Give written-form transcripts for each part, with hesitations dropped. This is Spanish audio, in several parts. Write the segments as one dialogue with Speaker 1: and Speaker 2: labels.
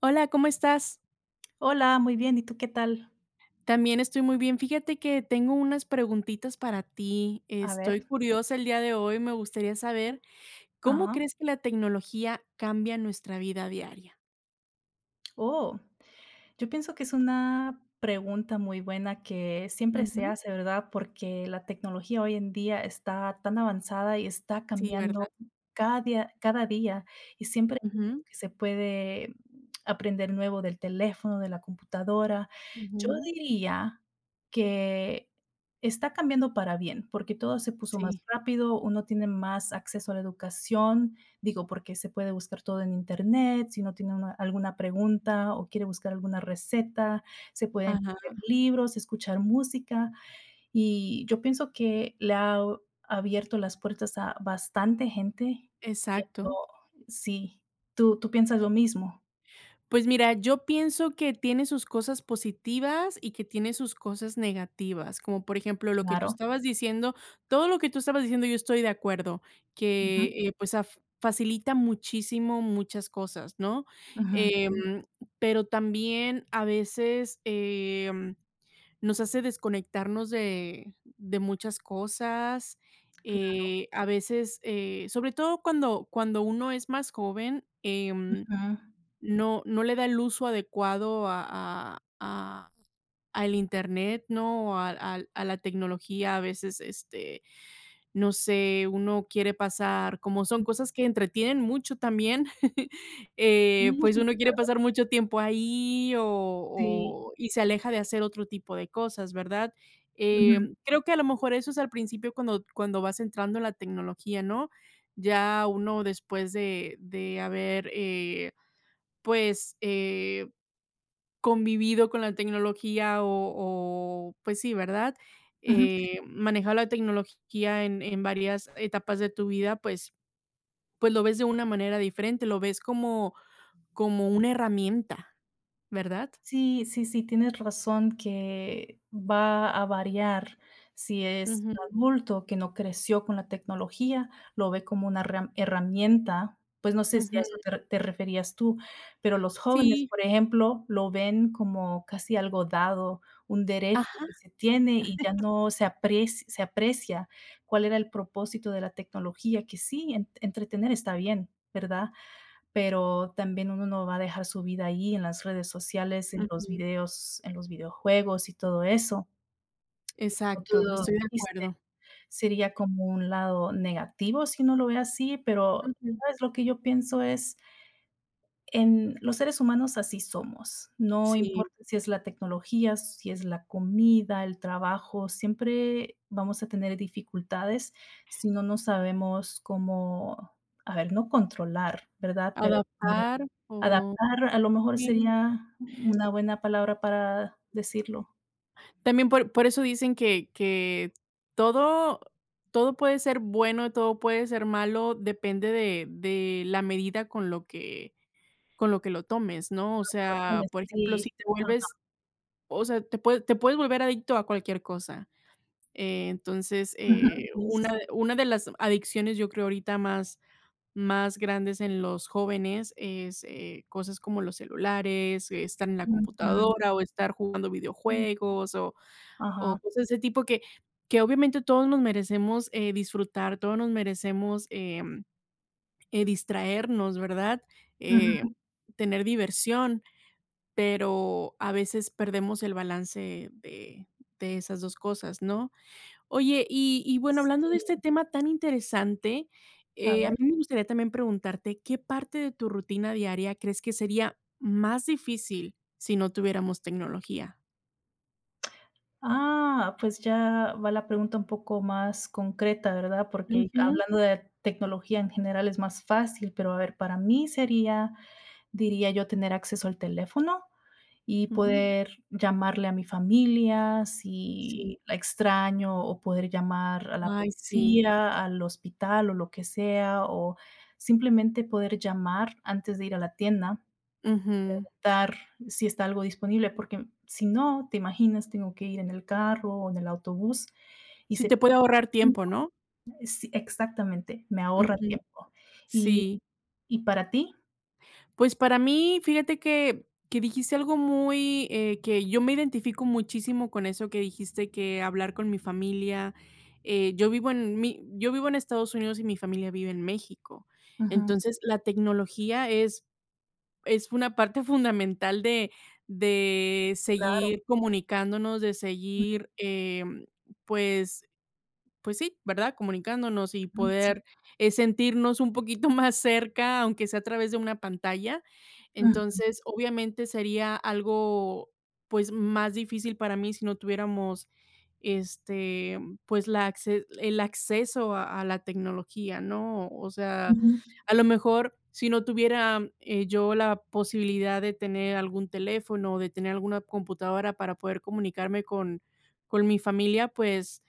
Speaker 1: Hola, ¿cómo estás?
Speaker 2: Hola, muy bien, ¿y tú qué tal?
Speaker 1: También estoy muy bien. Fíjate que tengo unas preguntitas para ti.
Speaker 2: A ver.
Speaker 1: Estoy curiosa el día de hoy. Me gustaría
Speaker 2: Ujú.
Speaker 1: saber cómo
Speaker 2: Ajá.
Speaker 1: crees que la tecnología cambia nuestra vida diaria.
Speaker 2: Oh, yo pienso que es una pregunta muy buena que siempre se
Speaker 1: Ujú.
Speaker 2: hace, ¿verdad? Porque la tecnología hoy en día está tan avanzada y está
Speaker 1: Sí,
Speaker 2: cambiando
Speaker 1: ¿verdad?
Speaker 2: cada día, y siempre
Speaker 1: Ujú,
Speaker 2: que se puede aprender nuevo del teléfono, de la computadora. Yo
Speaker 1: ujú.
Speaker 2: diría que está cambiando para bien, porque todo se puso más
Speaker 1: Sí.
Speaker 2: rápido, uno tiene más acceso a la educación. Digo, porque se puede buscar todo en internet, si no tiene alguna pregunta o quiere buscar alguna receta, se pueden
Speaker 1: Ajá,
Speaker 2: leer libros, escuchar música. Y yo pienso que le ha abierto las puertas a bastante gente que no,
Speaker 1: exacto.
Speaker 2: sí, ¿tú piensas lo mismo?
Speaker 1: Pues mira, yo pienso que tiene sus cosas positivas y que tiene sus cosas negativas, como por ejemplo lo que tú
Speaker 2: Claro.
Speaker 1: estabas diciendo, todo lo que tú estabas diciendo yo estoy de acuerdo,
Speaker 2: Ujú,
Speaker 1: que, pues, af facilita muchísimo muchas cosas, ¿no?
Speaker 2: ujú,
Speaker 1: Em,
Speaker 2: sí,
Speaker 1: pero también a veces, nos hace desconectarnos de muchas cosas,
Speaker 2: cla
Speaker 1: a veces, sobre todo cuando uno es más joven,
Speaker 2: ujú.
Speaker 1: no le da el uso adecuado a al Internet, ¿no? O A al a la tecnología, a veces, no sé, uno quiere pasar como son cosas que entretienen mucho también, pues uno quiere pasar mucho tiempo ahí
Speaker 2: Sí,
Speaker 1: o y se aleja de hacer otro tipo de cosas, ¿verdad?
Speaker 2: ujú,
Speaker 1: Creo que a lo mejor eso es al principio cuando vas entrando en la tecnología, ¿no? Ya uno después de haber, pues, convivido con la tecnología o, pues sí, ¿verdad?
Speaker 2: ujú.
Speaker 1: Manejado la tecnología en varias etapas de tu vida, pues pues lo ves de una manera diferente, lo ves como como una herramienta, ¿verdad?
Speaker 2: Sí, sí, sí, tienes razón que va a variar. Si es un
Speaker 1: Ujú,
Speaker 2: adulto que no creció con la tecnología, lo ve como una herramienta, pues no sé si a
Speaker 1: ujú.
Speaker 2: eso te referías tú, pero los jóvenes,
Speaker 1: Sí,
Speaker 2: por ejemplo, lo ven como casi algo dado, un derecho
Speaker 1: ajá,
Speaker 2: que se tiene y ya no se aprecia cuál era el propósito de la tecnología, que sí, en entretener está bien, ¿verdad? Pero también uno no va a dejar su vida ahí en las redes sociales, en los
Speaker 1: ujú,
Speaker 2: videos, en los videojuegos y todo eso. Como tú
Speaker 1: exacto, estoy de
Speaker 2: dijiste,
Speaker 1: acuerdo.
Speaker 2: sería como un lado negativo si uno lo ve así, pero,
Speaker 1: Ujú,
Speaker 2: ¿sabes? Lo que yo pienso es, en los seres humanos así somos, no
Speaker 1: sí,
Speaker 2: importa si es la tecnología, si es la comida, el trabajo, siempre vamos a tener dificultades si no nos sabemos cómo, a ver, no controlar, ¿verdad? Pero
Speaker 1: adaptar o
Speaker 2: adaptar, a lo mejor
Speaker 1: sí.
Speaker 2: sería una buena palabra para decirlo.
Speaker 1: También por eso dicen que todo todo puede ser bueno, todo puede ser malo, depende de la medida con lo que lo tomes, ¿no? O sea,
Speaker 2: Propones,
Speaker 1: por ejemplo,
Speaker 2: sí,
Speaker 1: si te
Speaker 2: ajá,
Speaker 1: vuelves o sea, te puedes volver adicto a cualquier cosa. Entonces,
Speaker 2: ujú, es
Speaker 1: una de las adicciones, yo creo, ahorita más más grandes en los jóvenes es, cosas como los celulares, estar en la
Speaker 2: ujú,
Speaker 1: computadora o estar jugando videojuegos o
Speaker 2: ajá,
Speaker 1: cosas de ese tipo que obviamente todos nos merecemos, disfrutar, todos nos merecemos, distraernos, ¿verdad? Eh,
Speaker 2: ujú,
Speaker 1: tener diversión, pero a veces perdemos el balance de esas 2 cosas, ¿no? Oye, bueno,
Speaker 2: sí,
Speaker 1: hablando de este tema tan interesante,
Speaker 2: a
Speaker 1: a
Speaker 2: ver.
Speaker 1: mí me gustaría también preguntarte, ¿qué parte de tu rutina diaria crees que sería más difícil si no tuviéramos tecnología?
Speaker 2: Ah, pues ya va la pregunta un poco más concreta, ¿verdad? Porque
Speaker 1: Ujú,
Speaker 2: hablando de tecnología en general es más fácil, pero a ver, para mí sería, diría yo, tener acceso al teléfono y
Speaker 1: ujú.
Speaker 2: poder llamarle a mi familia
Speaker 1: Sí.
Speaker 2: si la extraño o poder llamar a la
Speaker 1: Ay, sí.
Speaker 2: policía, al hospital o lo que sea, o simplemente poder llamar antes de ir a la tienda,
Speaker 1: Ujú.
Speaker 2: dar si está algo disponible, porque si no, te imaginas, tengo que ir en el carro o en el autobús y
Speaker 1: Sí,
Speaker 2: se
Speaker 1: te puede ahorrar tiempo, ¿no?
Speaker 2: sí, exactamente, me ahorra
Speaker 1: Ujú.
Speaker 2: tiempo. Y
Speaker 1: Sí.
Speaker 2: y para ti
Speaker 1: Pues, para mí, fíjate que dijiste algo muy, que yo me identifico muchísimo con eso que dijiste, que hablar con mi familia. Yo vivo en mi yo vivo en Estados Unidos y mi familia vive en México.
Speaker 2: ujú,
Speaker 1: Entonces, la tecnología es una parte fundamental de
Speaker 2: claro,
Speaker 1: seguir comunicándonos, de seguir, pues pues sí, ¿verdad? Comunicándonos y
Speaker 2: ujú, sí.
Speaker 1: poder, sentirnos un poquito más cerca, aunque sea a través de una pantalla. Entonces, obviamente, sería algo, pues, más difícil para mí si no tuviéramos, este, pues, la acce el acceso a la tecnología, ¿no? O sea,
Speaker 2: Ujú.
Speaker 1: a lo mejor, si no tuviera, yo la posibilidad de tener algún teléfono, o de tener alguna computadora para poder comunicarme con mi familia, pues,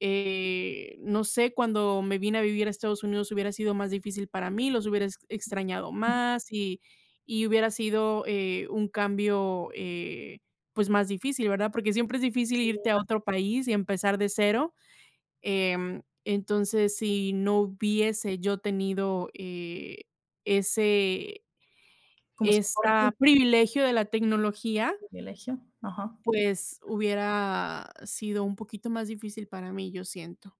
Speaker 1: no sé, cuando me vine a vivir a Estados Unidos hubiera sido más difícil para mí, los hubiera ex- extrañado más y hubiera sido un cambio pues más difícil, ¿verdad? Porque siempre es difícil
Speaker 2: Sí,
Speaker 1: irte a
Speaker 2: más
Speaker 1: otro país y empezar de cero. Em, entonces, si no hubiese yo tenido ese,
Speaker 2: como
Speaker 1: ese
Speaker 2: soporte y
Speaker 1: privilegio de la tecnología,
Speaker 2: privilegio. Ajá.
Speaker 1: pues hubiera sido un poquito más difícil para mí, yo siento.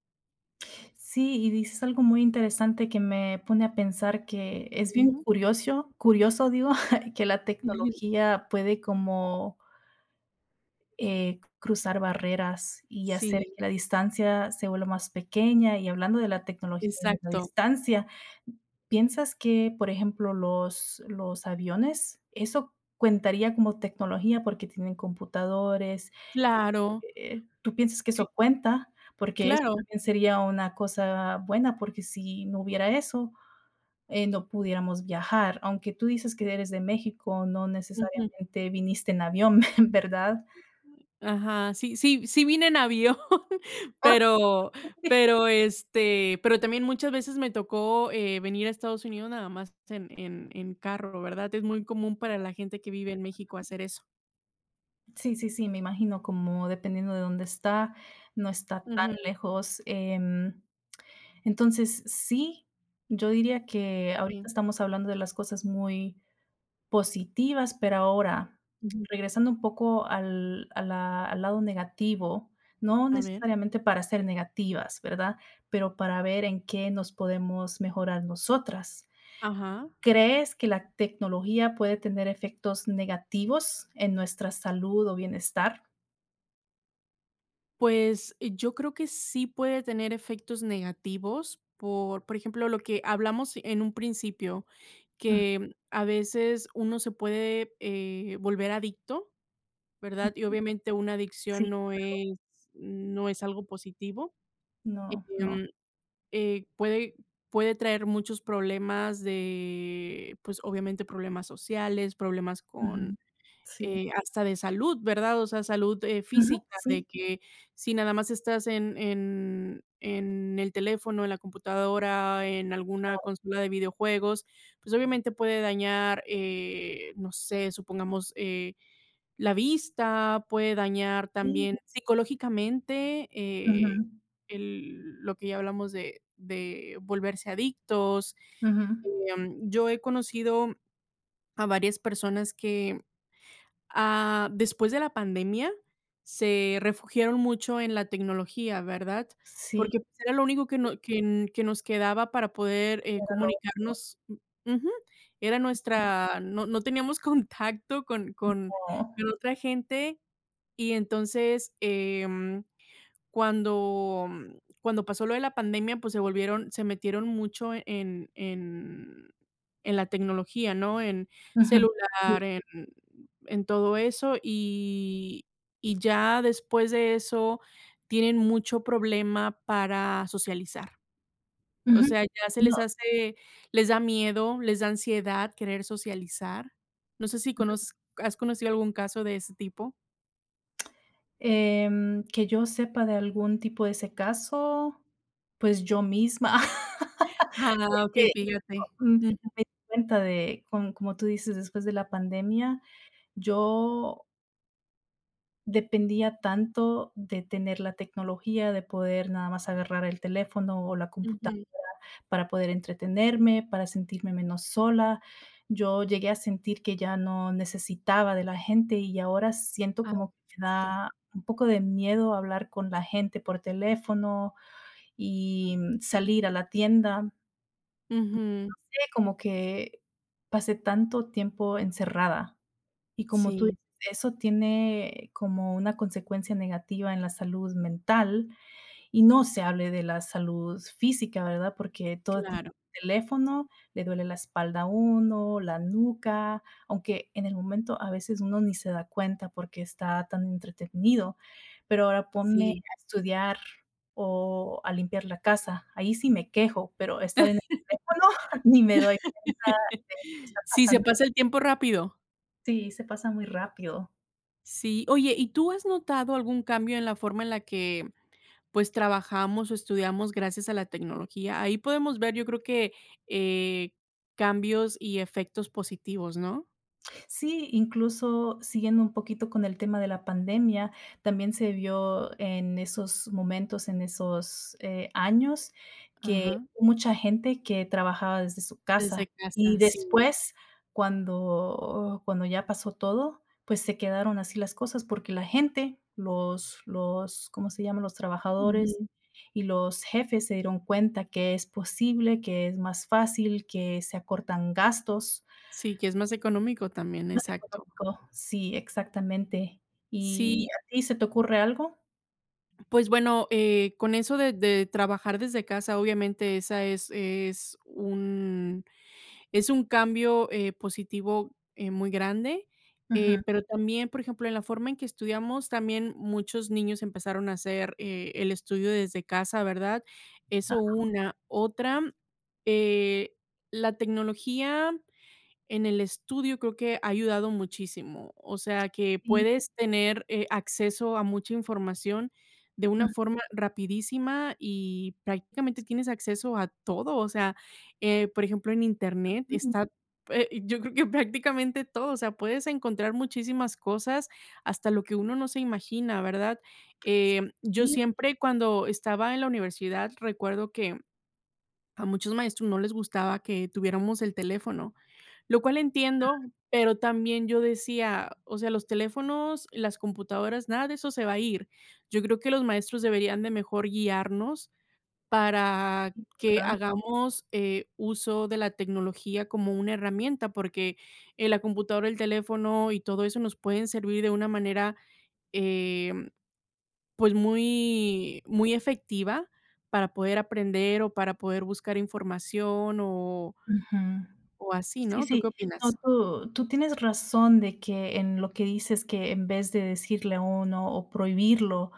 Speaker 2: Sí, y dices algo muy interesante que me pone a pensar que es bien
Speaker 1: Ujú.
Speaker 2: curioso curioso, digo, que la tecnología puede como cruzar barreras y hacer
Speaker 1: Sí,
Speaker 2: que la distancia se vuelva más pequeña. Y hablando de la tecnología y de la
Speaker 1: exacto.
Speaker 2: distancia, ¿piensas que, por ejemplo, los aviones, eso cuentaría como tecnología porque tienen computadores?
Speaker 1: Claro,
Speaker 2: ¿Tú piensas que
Speaker 1: cl
Speaker 2: eso cuenta? Porque eso
Speaker 1: claro.
Speaker 2: también sería una cosa buena, porque si no hubiera eso, no pudiéramos viajar. Aunque tú dices que eres de México, no
Speaker 1: Ujú.
Speaker 2: necesariamente viniste en avión, ¿verdad?
Speaker 1: Ajá, sí sí sí vine en avión, pero pero, pero también muchas veces me tocó, venir a Estados Unidos nada más en carro, ¿verdad? Es muy común para la gente que vive en México hacer eso.
Speaker 2: Sí, sí, sí, me imagino, como dependiendo de dónde está, no está tan
Speaker 1: Ujú,
Speaker 2: lejos. Entonces, sí, yo diría que ahorita
Speaker 1: sí.
Speaker 2: estamos hablando de las cosas muy positivas, pero ahora,
Speaker 1: Ujú.
Speaker 2: regresando un poco al a la al lado negativo, no
Speaker 1: A ver.
Speaker 2: necesariamente para ser negativas, ¿verdad? Pero para ver en qué nos podemos mejorar nosotras.
Speaker 1: Ajá.
Speaker 2: ¿Crees que la tecnología puede tener efectos negativos en nuestra salud o bienestar?
Speaker 1: Pues, yo creo que sí puede tener efectos negativos por ejemplo, lo que hablamos en un principio,
Speaker 2: Mm.
Speaker 1: que a veces uno se puede, volver adicto, ¿verdad? Y obviamente una
Speaker 2: Sí,
Speaker 1: adicción no es no es algo positivo,
Speaker 2: no, no.
Speaker 1: em, puede puede traer muchos problemas de, pues, obviamente problemas sociales, problemas con
Speaker 2: Ujú. Sí.
Speaker 1: hasta de salud, ¿verdad? O sea, salud,
Speaker 2: Ujú,
Speaker 1: física, de
Speaker 2: sí,
Speaker 1: que si nada más estás en el teléfono, en la computadora, en alguna consola de videojuegos, pues, obviamente puede dañar, no sé, supongamos, la vista, puede dañar también
Speaker 2: sí.
Speaker 1: psicológicamente,
Speaker 2: Ujú,
Speaker 1: el lo que ya hablamos de volverse adictos.
Speaker 2: ujú.
Speaker 1: Yo he conocido a varias personas que Ah, después de la pandemia, se refugiaron mucho en la tecnología, ¿verdad?
Speaker 2: Sí,
Speaker 1: Porque, pues, era lo único que no que n que nos quedaba para poder,
Speaker 2: era lo
Speaker 1: comunicarnos u ujú, era nuestra no no teníamos contacto
Speaker 2: como
Speaker 1: con otra gente y entonces, cuando cuando pasó lo de la pandemia, pues, se volvieron se metieron mucho en en la tecnología, ¿no? En
Speaker 2: ujú, sí,
Speaker 1: celular, en todo eso, y ya después de eso tienen mucho problema para socializar. O
Speaker 2: ujú.
Speaker 1: sea, ya se
Speaker 2: No,
Speaker 1: les hace les da miedo, les da ansiedad querer socializar. No sé si conoz ¿has conocido algún caso de ese tipo?
Speaker 2: que yo sepa de algún tipo de ese caso, pues yo misma.
Speaker 1: Ah, okey,
Speaker 2: Porque,
Speaker 1: fíjate.
Speaker 2: me
Speaker 1: Ujú,
Speaker 2: di cuenta de, con como tú dices, después de la pandemia, yo dependía tanto de tener la tecnología, de poder nada más agarrar el teléfono o la computadora
Speaker 1: ujú.
Speaker 2: para poder entretenerme, para sentirme menos sola. Yo llegué a sentir que ya no necesitaba de la gente y ahora siento
Speaker 1: Ah,
Speaker 2: como que me da un poco de miedo hablar con la gente por teléfono y salir a la tienda. No,
Speaker 1: Ujú.
Speaker 2: como que pasé tanto tiempo encerrada y como tú dices,
Speaker 1: Sí,
Speaker 2: eso tiene como una consecuencia negativa en la salud mental y no se hable de la salud física, ¿verdad? Porque todo el
Speaker 1: claro,
Speaker 2: teléfono, le duele la espalda a uno, la nuca, aunque en el momento a veces uno ni se da cuenta porque está tan entretenido, pero ahora ponme
Speaker 1: sí.
Speaker 2: a estudiar o a limpiar la casa, ahí sí me quejo, pero estar en el teléfono ni me doy cuenta de que está
Speaker 1: Sí, se
Speaker 2: pasando
Speaker 1: pasa el tiempo rápido.
Speaker 2: sí, se pasa muy rápido.
Speaker 1: Sí. Oye, ¿y tú has notado algún cambio en la forma en la que, pues, trabajamos o estudiamos gracias a la tecnología? Ahí podemos ver, yo creo que, eh, cambios y efectos positivos, ¿no?
Speaker 2: Sí, incluso siguiendo un poquito con el tema de la pandemia, también se vio en esos momentos, en esos, años, que
Speaker 1: Ajá.
Speaker 2: mucha gente que trabajaba desde su casa.
Speaker 1: Desde
Speaker 2: Y
Speaker 1: casa, sí.
Speaker 2: después, cuando ya pasó todo, pues se quedaron así las cosas, porque la gente, los, ¿cómo se llama?, los trabajadores
Speaker 1: Ujú.
Speaker 2: y los jefes se dieron cuenta que es posible, que es más fácil, que se acortan gastos.
Speaker 1: Sí, que es más económico también,
Speaker 2: Más
Speaker 1: exacto.
Speaker 2: económico, sí, exactamente. ¿Y
Speaker 1: Sí,
Speaker 2: a ti se te ocurre algo?
Speaker 1: pues bueno, con eso de trabajar desde casa, obviamente esa es un es un cambio, positivo, muy grande,
Speaker 2: Ujú.
Speaker 1: pero también, por ejemplo, en la forma en que estudiamos, también muchos niños empezaron a hacer, el estudio desde casa, ¿verdad?
Speaker 2: Ah,
Speaker 1: Eso una. Otra, eh, la tecnología en el estudio creo que ha ayudado muchísimo, o sea, que
Speaker 2: sí,
Speaker 1: puedes tener, acceso a mucha información de una forma rapidísima y prácticamente tienes acceso a todo, o sea, por ejemplo, en Internet
Speaker 2: ujú.
Speaker 1: está, yo creo que prácticamente todo, o sea, puedes encontrar muchísimas cosas, hasta lo que uno no se imagina, ¿verdad? Yo
Speaker 2: Sí,
Speaker 1: siempre cuando estaba en la universidad recuerdo que a muchos maestros no les gustaba que tuviéramos el teléfono. Lo cual entiendo, pero también yo decía, o sea, los teléfonos, las computadoras, nada de eso se va a ir. Yo creo que los maestros deberían de mejor guiarnos para que
Speaker 2: ¿verdad?
Speaker 1: hagamos, uso de la tecnología como una herramienta, porque, la computadora, el teléfono y todo eso nos pueden servir de una manera, em, pues, muy muy efectiva para poder aprender o para poder buscar información
Speaker 2: Ujú.
Speaker 1: o así,
Speaker 2: Sí,
Speaker 1: ¿no? ¿Tú
Speaker 2: sí.
Speaker 1: qué
Speaker 2: No,
Speaker 1: opinas?
Speaker 2: tú tienes razón de que en lo que dices que en vez de decirle a uno o prohibirlo,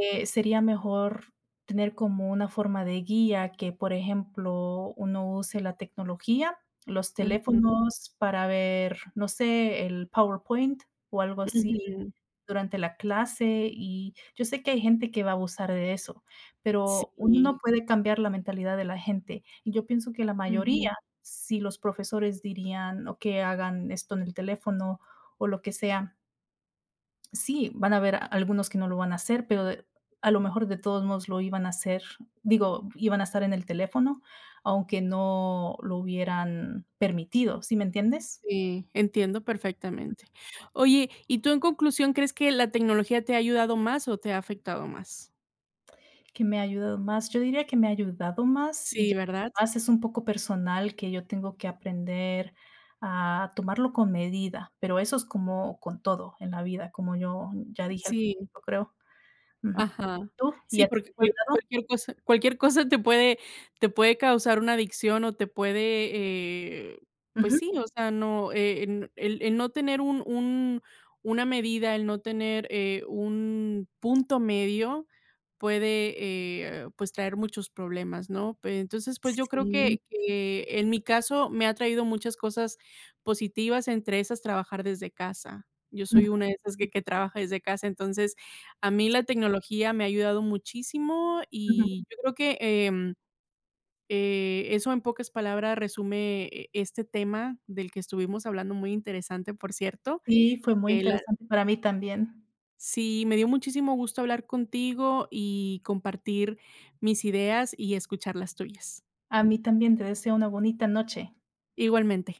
Speaker 2: Sería mejor tener como una forma de guía que, por ejemplo, uno use la tecnología, los
Speaker 1: Ujú,
Speaker 2: teléfonos para ver, no sé, el PowerPoint o algo así
Speaker 1: ujú.
Speaker 2: durante la clase, y yo sé que hay gente que va a abusar de eso, pero uno no
Speaker 1: Sí,
Speaker 2: puede cambiar la mentalidad de la gente. Y yo pienso que la mayoría,
Speaker 1: ujú,
Speaker 2: si los profesores dirían: o que hagan esto en el teléfono", o lo que sea. Sí, van a haber algunos que no lo van a hacer, pero de a lo mejor de todos modos lo iban a hacer, digo, iban a estar en el teléfono, aunque no lo hubieran permitido, ¿sí me entiendes?
Speaker 1: sí, entiendo perfectamente. Oye, y tú en conclusión, ¿crees que la tecnología te ha ayudado más o te ha afectado más?
Speaker 2: ¿Que me ha ayudado más? Yo diría que me ha ayudado más y ya
Speaker 1: Sí, ¿verdad?
Speaker 2: más es un poco personal que yo tengo que aprender a tomarlo con medida, pero eso es como con todo en la vida, como yo ya dije al
Speaker 1: Sí.
Speaker 2: principio, creo. Ujú.
Speaker 1: Ajá.
Speaker 2: ¿Tú? ¿Y
Speaker 1: Sí,
Speaker 2: a ti
Speaker 1: porque
Speaker 2: te
Speaker 1: cual
Speaker 2: ha
Speaker 1: cualquier cosa te puede causar una adicción o te puede, eh, pues
Speaker 2: ayudado? Ujú.
Speaker 1: sí, o sea, no, en el no tener un una medida, el no tener, un punto medio puede, pues, traer muchos problemas, ¿no? Pe entonces, pues, yo creo
Speaker 2: Sí.
Speaker 1: que en mi caso me ha traído muchas cosas positivas, entre esas trabajar desde casa. Yo soy
Speaker 2: Ujú.
Speaker 1: una de esas
Speaker 2: Sí,
Speaker 1: que trabaja desde casa, entonces a mí la
Speaker 2: sí.
Speaker 1: tecnología me ha ayudado muchísimo
Speaker 2: Ujú.
Speaker 1: y yo creo que, eso en pocas palabras resume e este tema del que estuvimos hablando, muy interesante, por cierto.
Speaker 2: Sí, fue muy
Speaker 1: La
Speaker 2: interesante para mí también.
Speaker 1: sí, me dio muchísimo gusto hablar contigo y compartir mis ideas y escuchar las tuyas.
Speaker 2: A mí también, te deseo una bonita noche.
Speaker 1: Igualmente.